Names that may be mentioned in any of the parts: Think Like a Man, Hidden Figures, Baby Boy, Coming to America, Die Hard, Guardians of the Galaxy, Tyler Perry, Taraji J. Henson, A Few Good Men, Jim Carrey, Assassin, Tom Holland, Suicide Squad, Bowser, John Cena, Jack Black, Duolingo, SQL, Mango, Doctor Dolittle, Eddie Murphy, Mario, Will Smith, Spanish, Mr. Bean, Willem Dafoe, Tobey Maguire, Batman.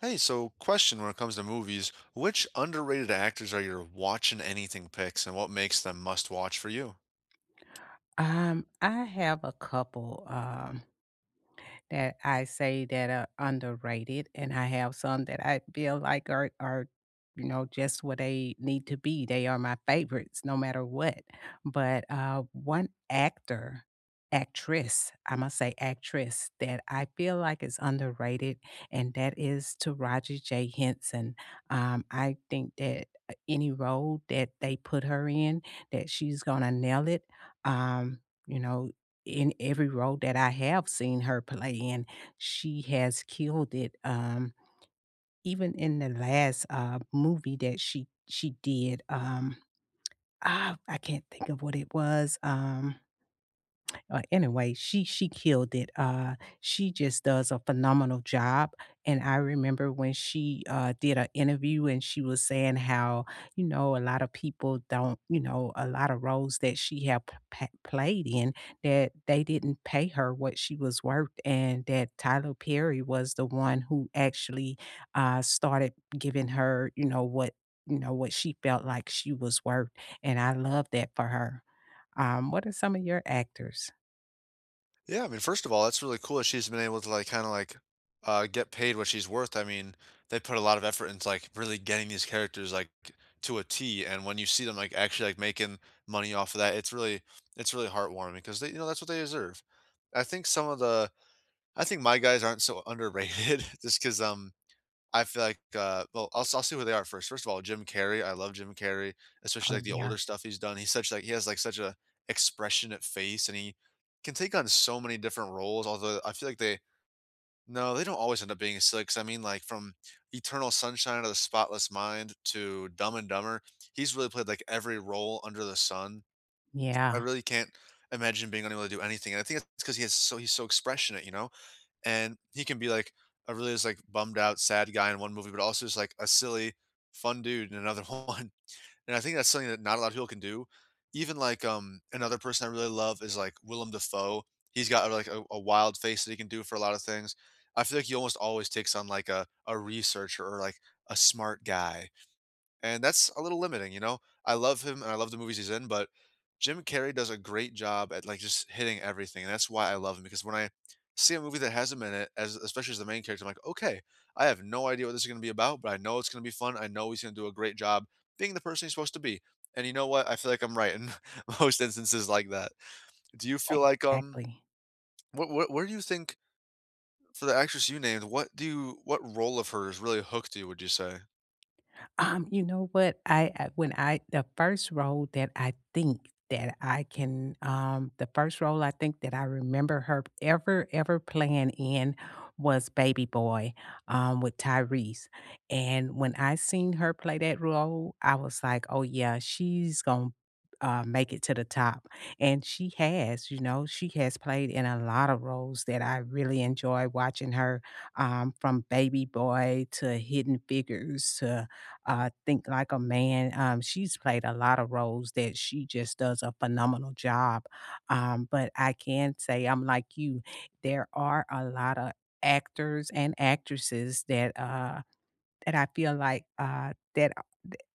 Hey, so question when it comes to movies, which underrated actors are your watch and anything picks and what makes them must watch for you? I have a couple. That I say that are underrated, and I have some that I feel like are, you know, just what they need to be. They are my favorites no matter what. But one actress, I must say actress that I feel like is underrated, and that is Taraji J. Henson. I think that any role that they put her in, that she's gonna nail it. Um, you know, in every role that I have seen her play in, she has killed it, even in the last, movie that she did, I can't think of what it was, anyway, she killed it. She just does a phenomenal job, and I remember when she did an interview and she was saying how, you know, a lot of people don't, a lot of roles that she had p pa played in that they didn't pay her what she was worth and that Tyler Perry was the one who actually, started giving her what what she felt like she was worth, and I love that for her. What are some of your actors? Yeah, I mean, first of all, that's really cool that she's been able to like get paid what she's worth. I mean, they put a lot of effort into like really getting these characters like to a T, and when you see them like actually like making money off of that, it's really heartwarming because they that's what they deserve. I think some of the I think my guys aren't so underrated just because I feel like, well, I'll see who they are first. First of all, Jim Carrey, I love Jim Carrey, especially, Oh, like, the yeah. older stuff he's done. He's such, like he has, like, such a expressionate face, and he can take on so many different roles, although I feel like they no, they don't always end up being silly, 'cause I mean, like, from Eternal Sunshine of the Spotless Mind to Dumb and Dumber, he's really played, like, every role under the sun. I Yeah. really can't imagine being unable to do anything, and I think it's because he's so expressionate, you know? And he can be like a really just like bummed out, sad guy in one movie, but also just like a silly, fun dude in another one. And I think that's something that not a lot of people can do. Even like another person I really love is like Willem Dafoe. He's got like a wild face that he can do for a lot of things. I feel like he almost always takes on like a researcher or like a smart guy. And that's a little limiting, you know? I love him and I love the movies he's in, but Jim Carrey does a great job at like just hitting everything. And that's why I love him because when I see a movie that has him in it, as especially as the main character, I'm like, okay, I have no idea what this is gonna be about, but I know it's gonna be fun. I know he's gonna do a great job being the person he's supposed to be. And you know what? I feel like I'm right in most instances like that. Do you feel like Exactly. what where do you think for the actress you named, what do you what role of hers really hooked you, would you say? You know what? I when I the first role that I think that I can the first role I think that I remember her ever, ever playing in was Baby Boy, with Tyrese. And when I seen her play that role, I was like, "Oh, yeah, she's gonna make it to the top." And she has, you know, she has played in a lot of roles that I really enjoy watching her, from Baby Boy to Hidden Figures to Think Like a Man. She's played a lot of roles that she just does a phenomenal job. But I can say I'm like you, there are a lot of actors and actresses that I feel like that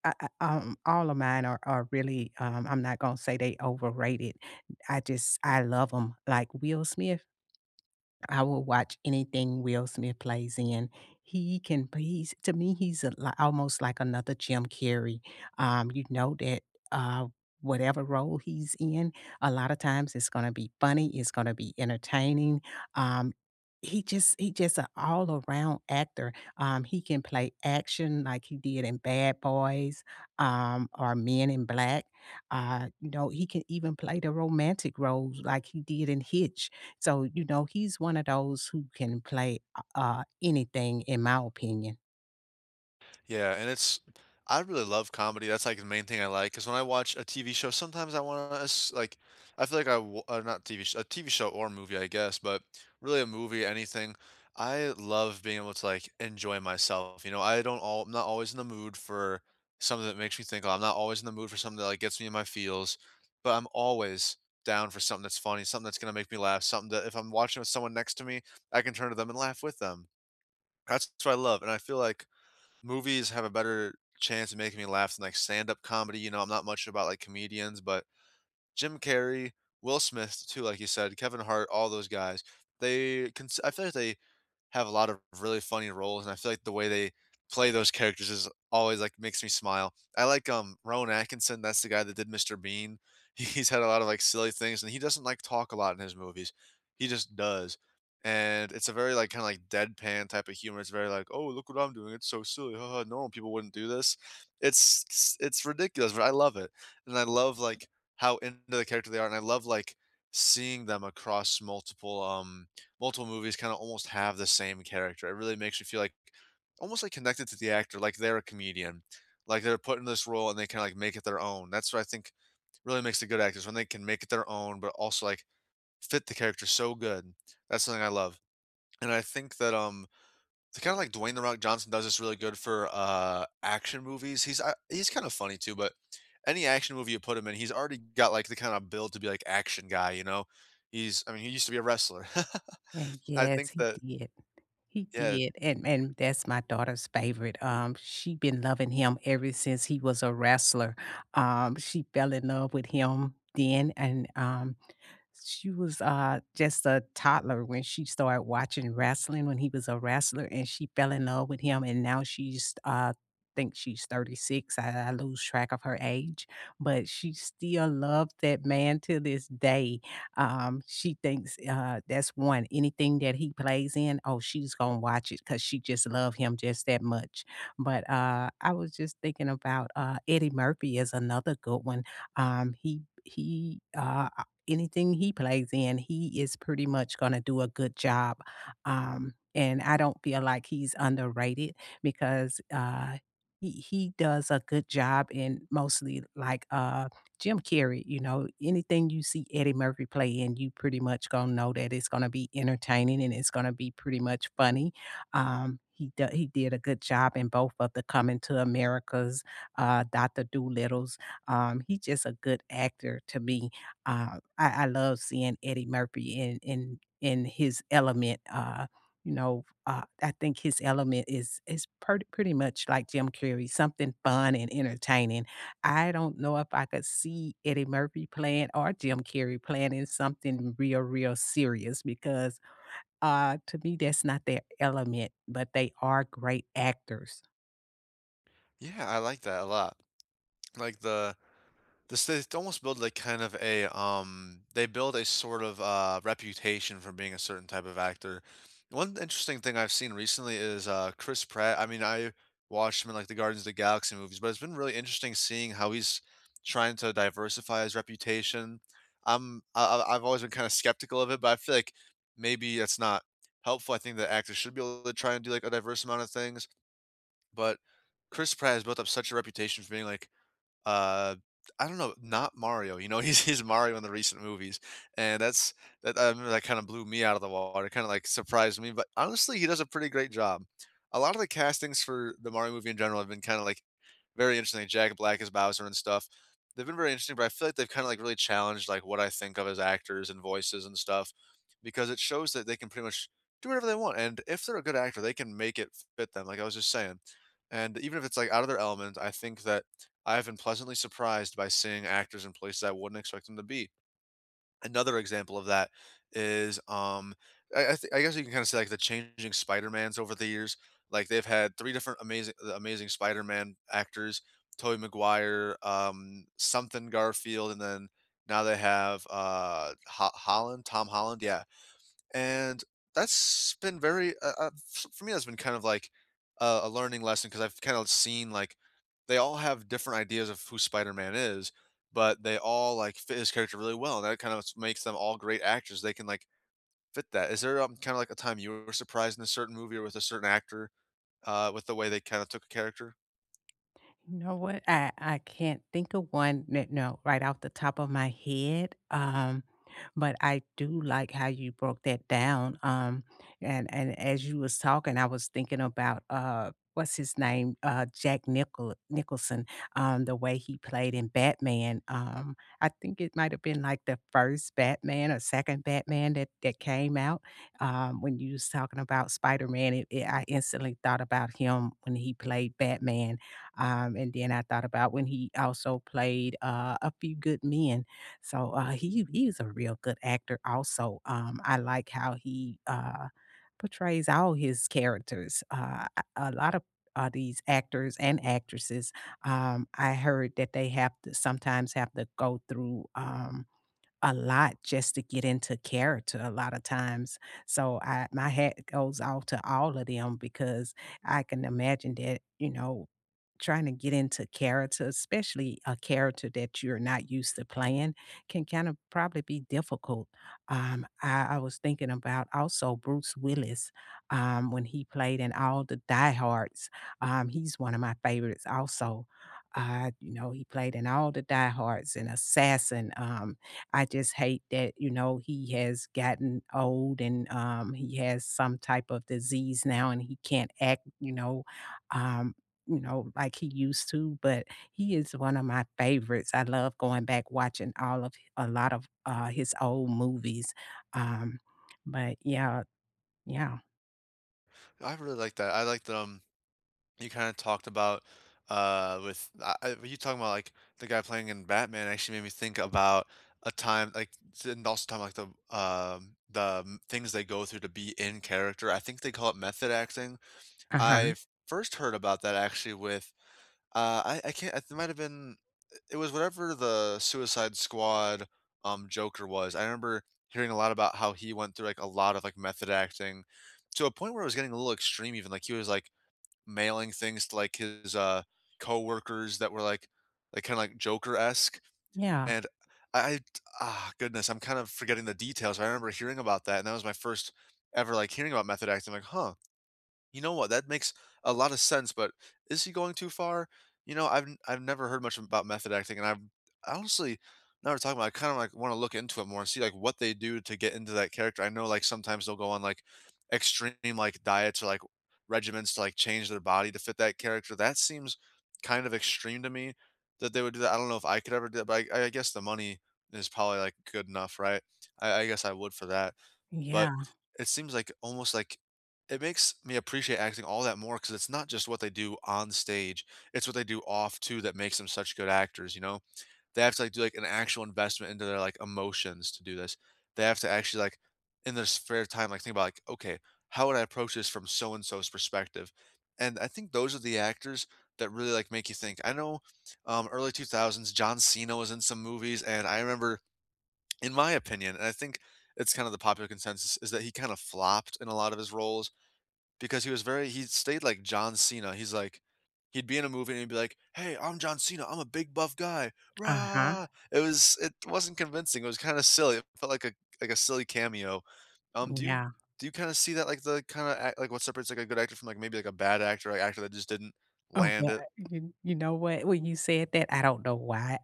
all of mine are really I'm not gonna say they overrated. I just I love them like Will Smith. I will watch anything Will Smith plays in. He's to me, he's a li almost like another Jim Carrey. You know that, uh, whatever role he's in, a lot of times it's gonna be funny, it's gonna be entertaining. Um, he just he just an all-around actor. He can play action like he did in Bad Boys, or Men in Black. You know, he can even play the romantic roles like he did in Hitch. So, you know, he's one of those who can play anything in my opinion. Yeah, and it's I really love comedy, that's, like, the main thing I like. Cause when I watch a TV show, sometimes I wanna like, I feel like I w not TV sh a TV show or movie, I guess, but really a movie, anything, I love being able to, like, enjoy myself, you know, I don't all I'm not always in the mood for something that makes me think, "Oh," I'm not always in the mood for something that, like, gets me in my feels, but I'm always down for something that's funny, something that's gonna make me laugh, something that if I'm watching with someone next to me, I can turn to them and laugh with them. That's what I love, and I feel like movies have a better chance of making me laugh than like stand-up comedy. You know, I'm not much about like comedians, but Jim Carrey, Will Smith too, like you said, Kevin Hart, all those guys. They cons I feel like they have a lot of really funny roles, and I feel like the way they play those characters is always, like, makes me smile. I like, Rowan Atkinson, that's the guy that did Mr. Bean. He's had a lot of, like, silly things, and he doesn't, like, talk a lot in his movies. He just does, and it's a very, like, kinda, like, deadpan type of humor. It's very like, "Oh, look what I'm doing. It's so silly. Normal people wouldn't do this." It's ridiculous, but I love it, and I love, like how into the character they are, and I love like seeing them across multiple movies kind of almost have the same character. It really makes you feel like almost like connected to the actor, like they're a comedian, like they're put in this role and they kind of like make it their own. That's what I think really makes the good actors when they can make it their own, but also like fit the character so good. That's something I love, and I think that it's kinda like Dwayne The Rock Johnson does this really good for, action movies. He's kinda funny too, but any action movie you put him in, he's already got, like, the kinda build to be, like, action guy, you know? He's I mean, he used to be a wrestler. And I yes, think he that did. He yeah. did, and that's my daughter's favorite. She been loving him ever since he was a wrestler. She fell in love with him then, and she was, just a toddler when she started watching wrestling when he was a wrestler, and she fell in love with him, and now she's, think she's 36. I lose track of her age, but she still loved that man to this day. She thinks, that's one, anything that he plays in, oh, she's gonna watch it because she just love him just that much. But, I was just thinking about, Eddie Murphy is another good one. Um, he he, uh Anything he plays in, he is pretty much gonna do a good job, and I don't feel like he's underrated because, he does a good job in mostly like Jim Carrey, you know, anything you see Eddie Murphy play in, you pretty much gonna know that it's gonna be entertaining and it's gonna be pretty much funny, he did a good job in both of the Coming to Americas, Doctor Doolittle's. He's just a good actor to me. I love seeing Eddie Murphy in his element, you know, I think his element is purty pretty much like Jim Carrey, something fun and entertaining. I don't know if I could see Eddie Murphy playing or Jim Carrey playing in something real, real serious because, to me, that's not their element, but they are great actors. Yeah, I like that a lot. Like the This they almost build like kind of a they build a sort of reputation for being a certain type of actor. One interesting thing I've seen recently is Chris Pratt. I mean, I watched him in like the Guardians of the Galaxy movies, but it's been really interesting seeing how he's trying to diversify his reputation. I've always been kind of skeptical of it, but I feel like maybe that's not helpful. I think that actors should be able to try and do like a diverse amount of things, but Chris Pratt has built up such a reputation for being like uh, I don't know, not Mario, you know, he's Mario in the recent movies, and that I remember that kinda blew me out of the water, kinda, like, surprised me, but honestly, he does a pretty great job. A lot of the castings for the Mario movie in general have been kinda, like, very interesting. Like, Jack Black as Bowser and stuff. They've been very interesting, but I feel like they've kind of like really challenged like what I think of as actors and voices and stuff because it shows that they can pretty much do whatever they want. And if they're a good actor, they can make it fit them, like I was just saying. And even if it's like out of their element, I think that I've been pleasantly surprised by seeing actors in places I wouldn't expect them to be. Another example of that is, I guess you can kinda say, like, the changing Spider-Mans over the years. Like, they've had 3 different Amazing Spider-Man actors, Tobey Maguire, something Garfield, and then now they have, Ho Holland? Tom Holland? Yeah. And that's been very for me that's been kind of like a learning lesson because I've kind of seen like they all have different ideas of who Spider-Man is, but they all like fit his character really well, and that kind of makes them all great actors. They can like fit that. Is there kind of like a time you were surprised in a certain movie or with a certain actor with the way they kind of took a character? You know what? I can't think of one that no, right off the top of my head. But I do like how you broke that down. And as you was talking, I was thinking about what's his name? Jack Nicholson, the way he played in Batman. I think it might have been like the first Batman or second Batman that came out. When you was talking about Spider-Man, I instantly thought about him when he played Batman and then I thought about when he also played A Few Good Men. So he he's a real good actor. Also, I like how he portrays all his characters. A lot of these actors and actresses, I heard that they have to sometimes have to go through. A lot just to get into character a lot of times. So I my hat goes off to all of them because I can imagine that, you know, trying to get into character, especially a character that you're not used to playing, can kind of probably be difficult. I was thinking about also Bruce Willis when he played in all the Die Hards. He's one of my favorites also. You know, he played in all the Die Hards and Assassin. I just hate that, you know, he has gotten old and he has some type of disease now and he can't act, you know. Um, you know, like he used to, but he is one of my favorites. I love going back watching all of a lot of, his old movies, um, but yeah, yeah. I really like that. I like them you kind of talked about with you talking about like the guy playing in Batman actually made me think about a time and also talking about like things they go through to be in character. I think they call it method acting. Uh-huh. I first heard about that actually with I can't it might have been it was whatever the Suicide Squad Joker was. I remember hearing a lot about how he went through like a lot of like method acting to a point where it was getting a little extreme even like he was like mailing things to, like, his, coworkers that were, like, kinda, like, Joker-esque, Yeah. and I, ah, goodness, I'm kind of forgetting the details. I remember hearing about that, and that was my first ever, like, hearing about method acting, like, "Huh." You know what? That makes a lot of sense, but is he going too far? You know, I've never heard much about method acting, and I've honestly now we're talking about. I kind of like want to look into it more and see like what they do to get into that character. I know like sometimes they'll go on like extreme like diets or like regimens to like change their body to fit that character. That seems kind of extreme to me that they would do that. I don't know if I could ever do that, but I guess the money is probably like good enough, right? I guess I would for that. But Yeah. it seems like almost like it makes me appreciate acting all that more because it's not just what they do on stage, it's what they do off too that makes them such good actors, you know? They have to like do like an actual investment into their like emotions to do this. They have to actually like in their spare time like think about like, okay, how would I approach this from so and so's perspective? And I think those are the actors that really like make you think. I know early 2000s John Cena was in some movies and I remember in my opinion, and I think it's kind of the popular consensus, is that he kind of flopped in a lot of his roles because he was very he stayed like John Cena. He's like he'd be in a movie and he'd be like, "Hey, I'm John Cena. I'm a big buff guy." Uh-huh. Rah! It wasn't convincing. It was kind of silly. It felt like a silly cameo. Do you Yeah. Kind of see that like the kind of act, like what separates like a good actor from like maybe like a bad actor, like actor that just didn't Oh, land well, it? you know what? When you said that, I don't know why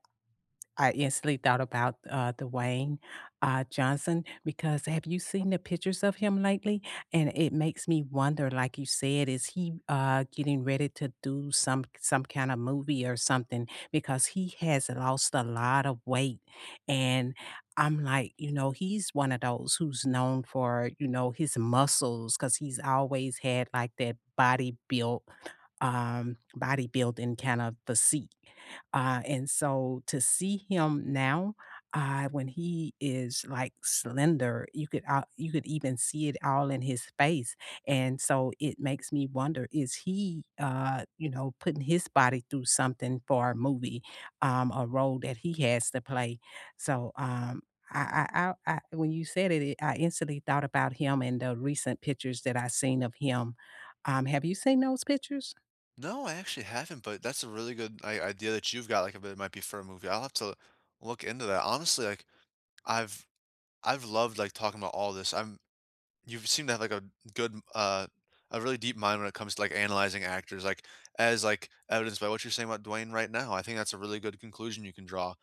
I instantly thought about, Dwayne, Johnson because have you seen the pictures of him lately? And it makes me wonder, like you said, is he getting ready to do some kinda movie or something? Because he has lost a lot of weight, and I'm like, you know, he's one of those who's known for, you know, his muscles because he's always had, like, that body built, bodybuilding kind of physique. And so to see him now, when he is like slender, you could out you could even see it all in his face. And so it makes me wonder, is he you know, putting his body through something for a movie, a role that he has to play. So when you said it, I instantly thought about him and the recent pictures that I seen of him. Have you seen those pictures? No, I actually haven't, but that's a really good I idea that you've got. Like, if it might be for a movie, I'll have to look into that. Honestly, like I've I've loved, like, talking about all this. I'm you seem to have, like, a good, a really deep mind when it comes to, like, analyzing actors, like, as, like, evidenced by what you're saying about Dwayne right now. I think that's a really good conclusion you can draw.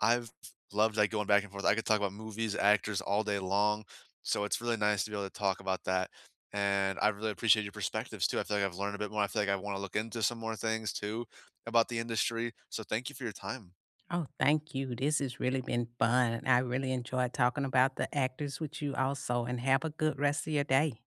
I've loved, like, going back and forth. I could talk about movies, actors all day long, so it's really nice to be able to talk about that, and I really appreciate your perspectives too. I feel like I've learned a bit more. I feel like I wanna look into some more things too about the industry, so thank you for your time. Oh, thank you. This has really been fun. I really enjoyed talking about the actors with you also, and have a good rest of your day.